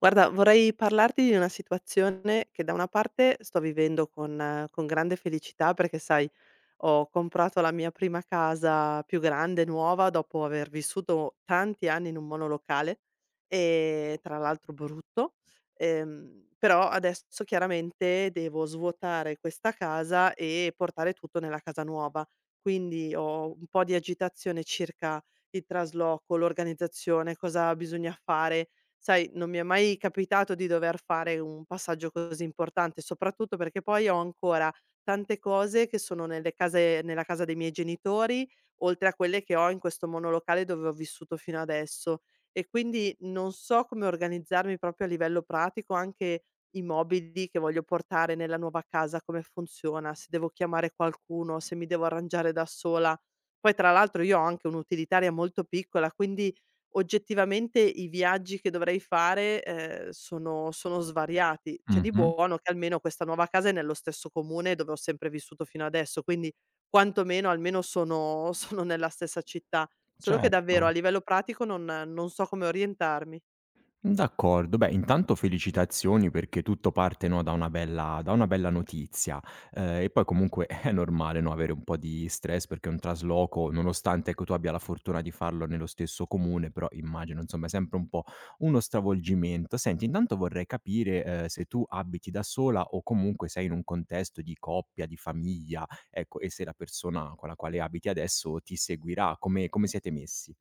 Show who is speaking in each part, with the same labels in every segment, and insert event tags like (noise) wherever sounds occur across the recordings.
Speaker 1: Guarda, vorrei parlarti di una situazione che da una parte sto vivendo con grande felicità perché, sai, ho comprato la mia prima casa più grande, nuova, dopo aver vissuto tanti anni in un monolocale, tra l'altro brutto, però adesso chiaramente devo svuotare questa casa e portare tutto nella casa nuova. Quindi ho un po' di agitazione circa il trasloco, l'organizzazione, cosa bisogna fare. Sai, non mi è mai capitato di dover fare un passaggio così importante, soprattutto perché poi ho ancora tante cose che sono nelle case nella casa dei miei genitori, oltre a quelle che ho in questo monolocale dove ho vissuto fino adesso. E quindi non so come organizzarmi proprio a livello pratico, anche i mobili che voglio portare nella nuova casa, come funziona, se devo chiamare qualcuno, se mi devo arrangiare da sola. Poi tra l'altro io ho anche un'utilitaria molto piccola, quindi oggettivamente i viaggi che dovrei fare, sono svariati. C'è di
Speaker 2: Mh-mh.
Speaker 1: buono che almeno questa nuova casa è nello stesso comune dove ho sempre vissuto fino adesso, quindi quantomeno almeno sono (laughs) sono nella stessa città. Solo che davvero a
Speaker 2: Certo.
Speaker 1: livello pratico non so come orientarmi.
Speaker 2: D'accordo. Beh, intanto felicitazioni perché tutto parte, no, da una bella notizia. E poi comunque (laughs) è normale, no, avere un po' di stress perché un trasloco, nonostante, ecco, tu abbia la fortuna di farlo nello stesso comune, però immagino, insomma, è sempre un po' uno stravolgimento. Senti, intanto vorrei capire, se tu abiti da sola o comunque sei in un contesto di coppia, di famiglia, ecco, e se la persona con la quale abiti adesso ti seguirà, come siete messi?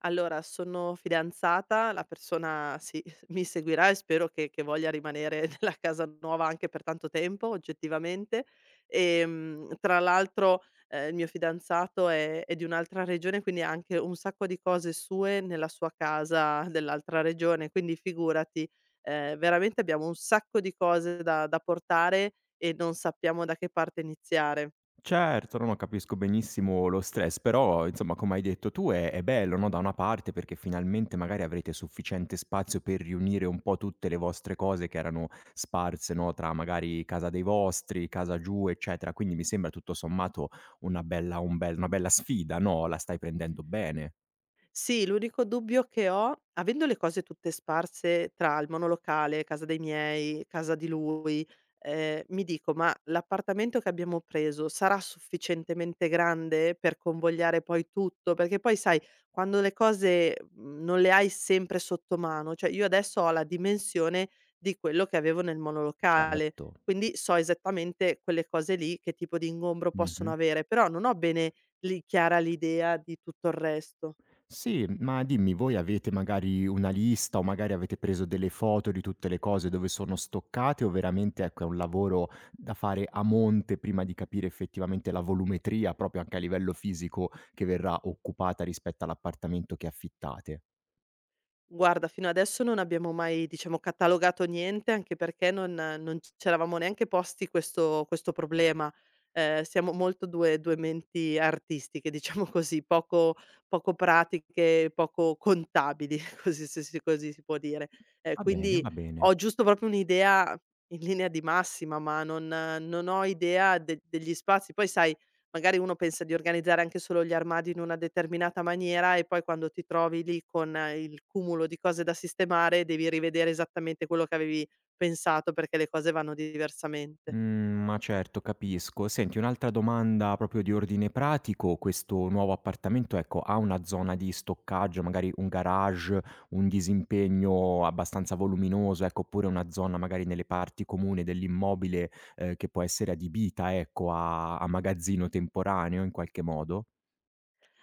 Speaker 1: Allora, sono fidanzata, la persona sì, (laughs) mi seguirà e spero che voglia rimanere (laughs) nella casa nuova anche per tanto tempo oggettivamente. Tra l'altro, il mio fidanzato è di un'altra regione, quindi ha anche un sacco di cose sue nella sua casa dell'altra regione, quindi figurati, veramente abbiamo un sacco di cose da portare e non sappiamo da che parte iniziare.
Speaker 2: Certo, no, no, capisco benissimo lo stress, però insomma come hai detto tu è bello, no, da una parte perché finalmente magari avrete sufficiente spazio per riunire un po' tutte le vostre cose che erano sparse, no, tra magari casa dei vostri, casa giù, eccetera. Quindi mi sembra tutto sommato una bella sfida, no, la stai prendendo bene.
Speaker 1: Sì, l'unico dubbio che ho, avendo le cose tutte sparse tra il monolocale, casa dei miei, casa di lui, mi dico: "Ma l'appartamento che abbiamo preso sarà sufficientemente grande per convogliare poi tutto?" Perché poi sai, quando le cose, non le hai sempre sotto mano, cioè io adesso ho la dimensione di quello che avevo nel monolocale,
Speaker 2: Certo.
Speaker 1: quindi so esattamente quelle cose lì che tipo di ingombro possono
Speaker 2: Mh-mh.
Speaker 1: avere, però non ho bene lì chiara l'idea di tutto il resto.
Speaker 2: Sì, ma dimmi, voi avete magari una lista o magari avete preso delle foto di tutte le cose dove sono stoccate o veramente, ecco, è un lavoro da fare a monte prima di capire effettivamente la volumetria, proprio anche a livello fisico, che verrà occupata rispetto all'appartamento che affittate?
Speaker 1: Guarda, fino adesso non abbiamo mai, diciamo, catalogato niente, anche perché non c'eravamo neanche posti questo problema. Siamo molto 2 menti artistiche, (laughs) diciamo così, poco pratiche, poco contabili, (laughs) così se si così si può dire.
Speaker 2: Va bene,
Speaker 1: Quindi
Speaker 2: va bene.
Speaker 1: ho giusto proprio un'idea in linea di massima, ma non ho idea de degli spazi. Poi sai, magari uno pensa di organizzare anche solo gli armadi in una determinata maniera e poi quando ti trovi lì con il cumulo di cose da sistemare, devi rivedere esattamente quello che avevi pensato perché le cose vanno diversamente.
Speaker 2: Mhmm, ma certo, capisco. Senti, un'altra domanda proprio di ordine pratico: questo nuovo appartamento, ecco, ha una zona di stoccaggio, magari un garage, un disimpegno abbastanza voluminoso, ecco, oppure una zona magari nelle parti comuni dell'immobile, che può essere adibita, ecco, a magazzino temporaneo in qualche modo?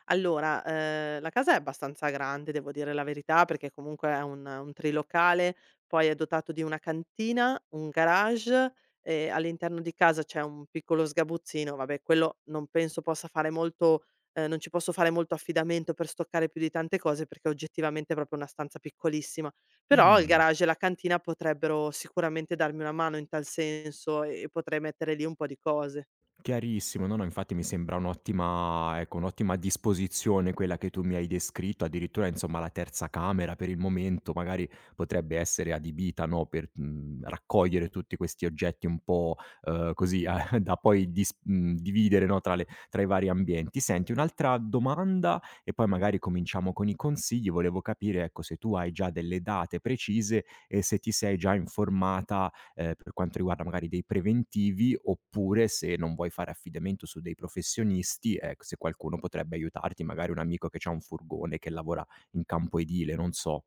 Speaker 1: Allora, la casa è abbastanza grande, devo dire la verità, perché comunque è un trilocale, poi è dotato di una cantina, un garage e all'interno di casa c'è un piccolo sgabuzzino, vabbè quello non penso possa fare molto. Non ci posso fare molto affidamento per stoccare più di tante cose, perché oggettivamente è proprio una stanza piccolissima. Però il
Speaker 2: Mh.
Speaker 1: garage e la cantina potrebbero sicuramente darmi una mano in tal senso e potrei mettere lì un po' di cose.
Speaker 2: Chiarissimo, no, no, infatti mi sembra un'ottima disposizione quella che tu mi hai descritto, addirittura insomma la terza camera per il momento magari potrebbe essere adibita, no, per, mhmm, raccogliere tutti questi oggetti un po', così a (laughs) da poi dividere, no, tra le tra i vari ambienti. Senti, un'altra domanda e poi magari cominciamo con i consigli, volevo capire, ecco, se tu hai già delle date precise e se ti sei già informata per quanto riguarda magari dei preventivi, oppure se non vuoi fare affidamento su dei professionisti, ecco, se qualcuno potrebbe aiutarti, magari un amico che c'ha un furgone, che lavora in campo edile, non so.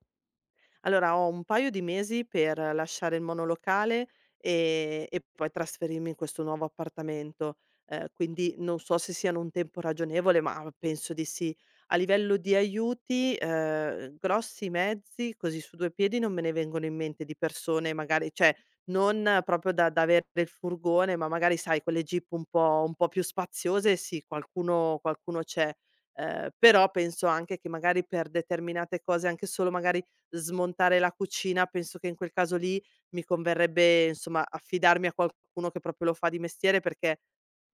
Speaker 1: Allora ho un paio di mesi per lasciare il monolocale, e poi trasferirmi in questo nuovo appartamento, quindi non so se siano un tempo ragionevole, ma penso di sì. A livello di aiuti, grossi mezzi, così su 2 piedi non me ne vengono in mente di persone magari, cioè non proprio da avere il furgone, ma magari sai quelle jeep un po' più spaziose, sì, qualcuno c'è. Però penso anche che magari per determinate cose, anche solo magari smontare la cucina, penso che in quel caso lì mi converrebbe, insomma, affidarmi a qualcuno che proprio lo fa di mestiere, perché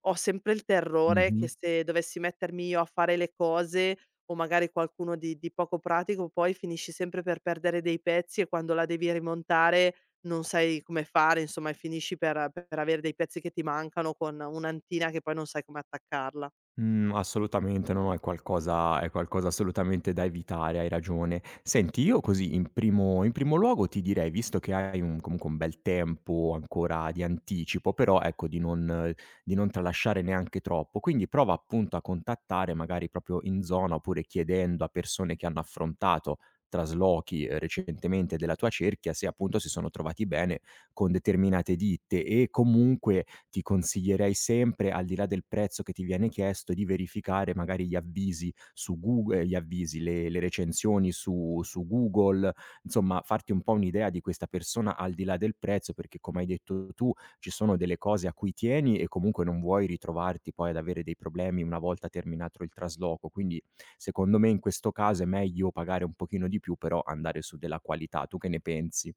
Speaker 1: ho sempre il terrore che
Speaker 2: Mh-mh.
Speaker 1: se dovessi mettermi io a fare le cose o magari qualcuno di poco pratico, poi finisci sempre per perdere dei pezzi e quando la devi rimontare non sai come fare, insomma, e finisci per avere dei pezzi che ti mancano con un'antina che poi non sai come attaccarla.
Speaker 2: Mhmm, assolutamente, no, no, è qualcosa assolutamente da evitare, hai ragione. Senti, io così in primo luogo ti direi, visto che hai un comunque un bel tempo ancora di anticipo, però ecco di non tralasciare neanche troppo, quindi prova appunto a contattare magari proprio in zona, oppure chiedendo a persone che hanno affrontato traslochi, recentemente della tua cerchia, se appunto si sono trovati bene con determinate ditte e comunque ti consiglierei sempre, al di là del prezzo che ti viene chiesto, di verificare magari gli avvisi, le recensioni su Google, insomma farti un po' un'idea di questa persona al di là del prezzo, perché come hai detto tu, ci sono delle cose a cui tieni e comunque non vuoi ritrovarti poi ad avere dei problemi una volta terminato il trasloco. Quindi, secondo me in questo caso è meglio pagare un pochino di più, però andare su della qualità. Tu che ne pensi?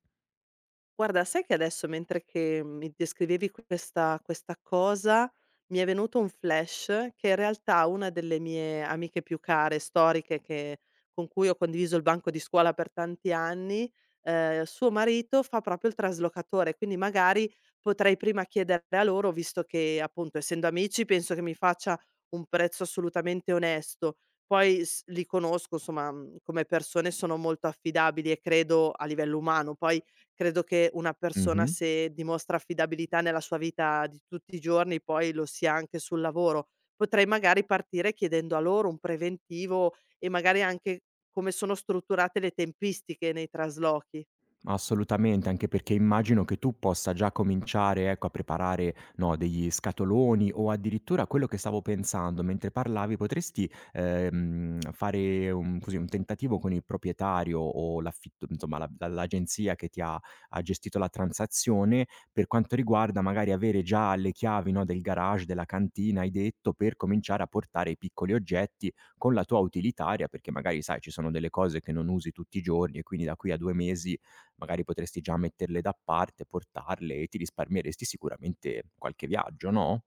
Speaker 1: Guarda, sai che adesso mentre che mi descrivevi questa cosa, mi è venuto un flash che in realtà una delle mie amiche più care, storiche, che con cui ho condiviso il banco di scuola per tanti anni, suo marito fa proprio il traslocatore, quindi magari potrei prima chiedere a loro, visto che appunto essendo amici penso che mi faccia un prezzo assolutamente onesto. Poi s li conosco, insomma, come persone sono molto affidabili e credo a livello umano, poi credo che una persona
Speaker 2: Mh-mh.
Speaker 1: se dimostra affidabilità nella sua vita di tutti i giorni, poi lo sia anche sul lavoro. Potrei magari partire chiedendo a loro un preventivo e magari anche come sono strutturate le tempistiche nei traslochi.
Speaker 2: Assolutamente, anche perché immagino che tu possa già cominciare, ecco, a preparare, no, degli scatoloni o addirittura quello che stavo pensando mentre parlavi, potresti, fare un così, un tentativo con il proprietario o l'affitto insomma la l'agenzia che ti ha gestito la transazione, per quanto riguarda magari avere già le chiavi, no, del garage, della cantina, hai detto, per cominciare a portare i piccoli oggetti con la tua utilitaria, perché magari sai, ci sono delle cose che non usi tutti i giorni e quindi da qui a 2 mesi magari potresti già metterle da parte, portarle e ti risparmieresti sicuramente qualche viaggio, no?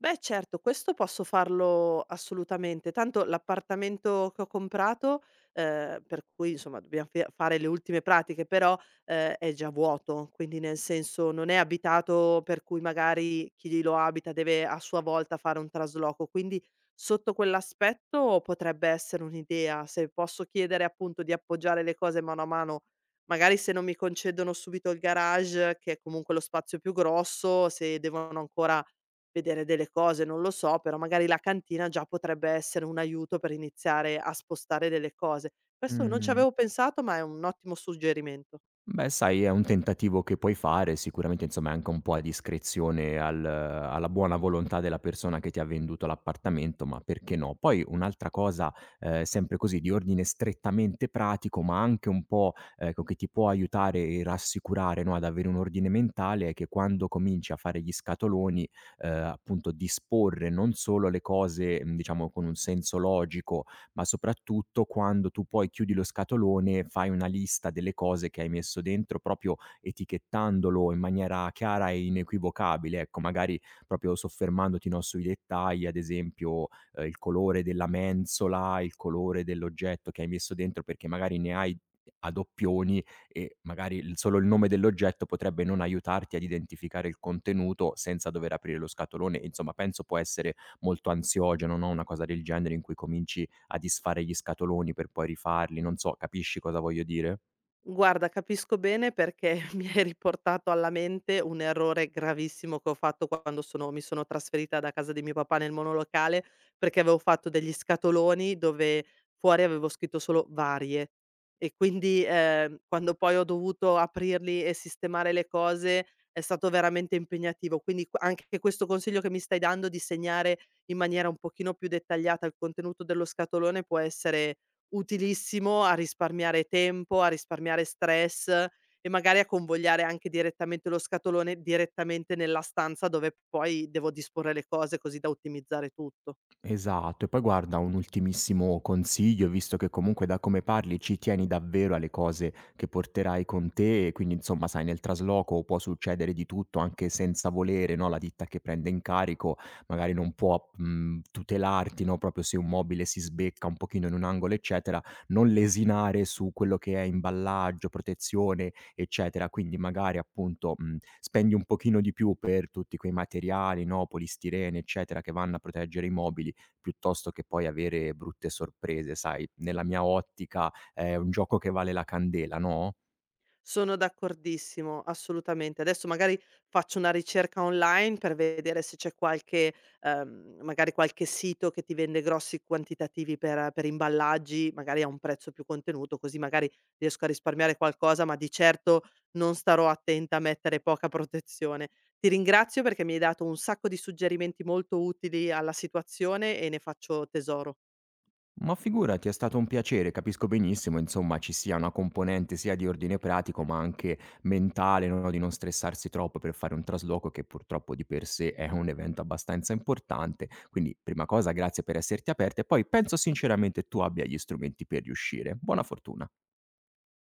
Speaker 1: Beh, certo, questo posso farlo assolutamente. Tanto l'appartamento che ho comprato, per cui insomma dobbiam fe fare le ultime pratiche, però, è già vuoto, quindi nel senso non è abitato, per cui magari chi lo abita deve a sua volta fare un trasloco. Quindi sotto quell'aspetto potrebbe essere un'idea. Se posso chiedere appunto di appoggiare le cose mano a mano, magari se non mi concedono subito il garage, che è comunque lo spazio più grosso, se devono ancora vedere delle cose, non lo so, però magari la cantina già potrebbe essere un aiuto per iniziare a spostare delle cose. Questo non ci
Speaker 2: Mh.
Speaker 1: avevo pensato, ma è un ottimo suggerimento.
Speaker 2: Beh, sai, è un tentativo che puoi fare, sicuramente insomma è anche un po' a discrezione, al alla buona volontà della persona che ti ha venduto l'appartamento, ma perché no? Poi un'altra cosa, sempre così di ordine strettamente pratico, ma anche un po', ecco, che ti può aiutare e rassicurare, no, ad avere un ordine mentale, è che quando cominci a fare gli scatoloni, appunto disporre non solo le cose, mhmm, diciamo con un senso logico, ma soprattutto quando tu poi chiudi lo scatolone, fai una lista delle cose che hai messo dentro, proprio etichettandolo in maniera chiara e inequivocabile, ecco, magari proprio soffermandoti, no, sui dettagli, ad esempio, il colore della mensola, il colore dell'oggetto che hai messo dentro, perché magari ne hai a doppioni e magari il solo il nome dell'oggetto potrebbe non aiutarti ad identificare il contenuto senza dover aprire lo scatolone. Insomma, penso può essere molto ansiogeno, no, una cosa del genere in cui cominci a disfare gli scatoloni per poi rifarli, non so, capisci cosa voglio dire?
Speaker 1: Guarda, capisco bene perché (laughs) mi hai riportato alla mente un errore gravissimo che ho fatto quando sono mi sono trasferita da casa di mio papà nel monolocale, perché avevo fatto degli scatoloni dove fuori avevo scritto solo "varie" e quindi, quando poi ho dovuto aprirli e sistemare le cose è stato veramente impegnativo. Quindi q anche questo consiglio che mi stai dando di segnare in maniera un pochino più dettagliata il contenuto dello scatolone può essere utilissimo a risparmiare tempo, a risparmiare stress e magari a convogliare anche direttamente lo scatolone direttamente nella stanza dove poi devo disporre le cose, così da ottimizzare tutto.
Speaker 2: Esatto. E poi guarda, un ultimissimo consiglio, visto che comunque da come parli ci tieni davvero alle cose che porterai con te, e quindi insomma, sai, nel trasloco può succedere di tutto anche senza volere, no? La ditta che prende in carico magari non può tutelarti, no? Proprio se un mobile si sbecca un pochino in un angolo, eccetera, non lesinare su quello che è imballaggio, protezione, eccetera. Quindi magari appunto spendi un pochino di più per tutti quei materiali, no? Polistirene, eccetera, che vanno a proteggere i mobili piuttosto che poi avere brutte sorprese, sai, nella mia ottica è un gioco che vale la candela, no?
Speaker 1: Sono d'accordissimo, assolutamente. Adesso magari faccio una ricerca online per vedere se c'è qualche magari qualche sito che ti vende grossi quantitativi per imballaggi, magari a un prezzo più contenuto, così magari riesco a risparmiare qualcosa, ma di certo non starò attenta a mettere poca protezione. Ti ringrazio perché mi hai dato un sacco di suggerimenti molto utili alla situazione e ne faccio tesoro.
Speaker 2: Ma figurati, è stato un piacere, capisco benissimo, insomma, ci sia una componente sia di ordine pratico, ma anche mentale, no, di non stressarsi troppo per fare un trasloco che purtroppo di per sé è un evento abbastanza importante. Quindi, prima cosa, grazie per esserti aperta e poi penso sinceramente tu abbia gli strumenti per riuscire. Buona fortuna.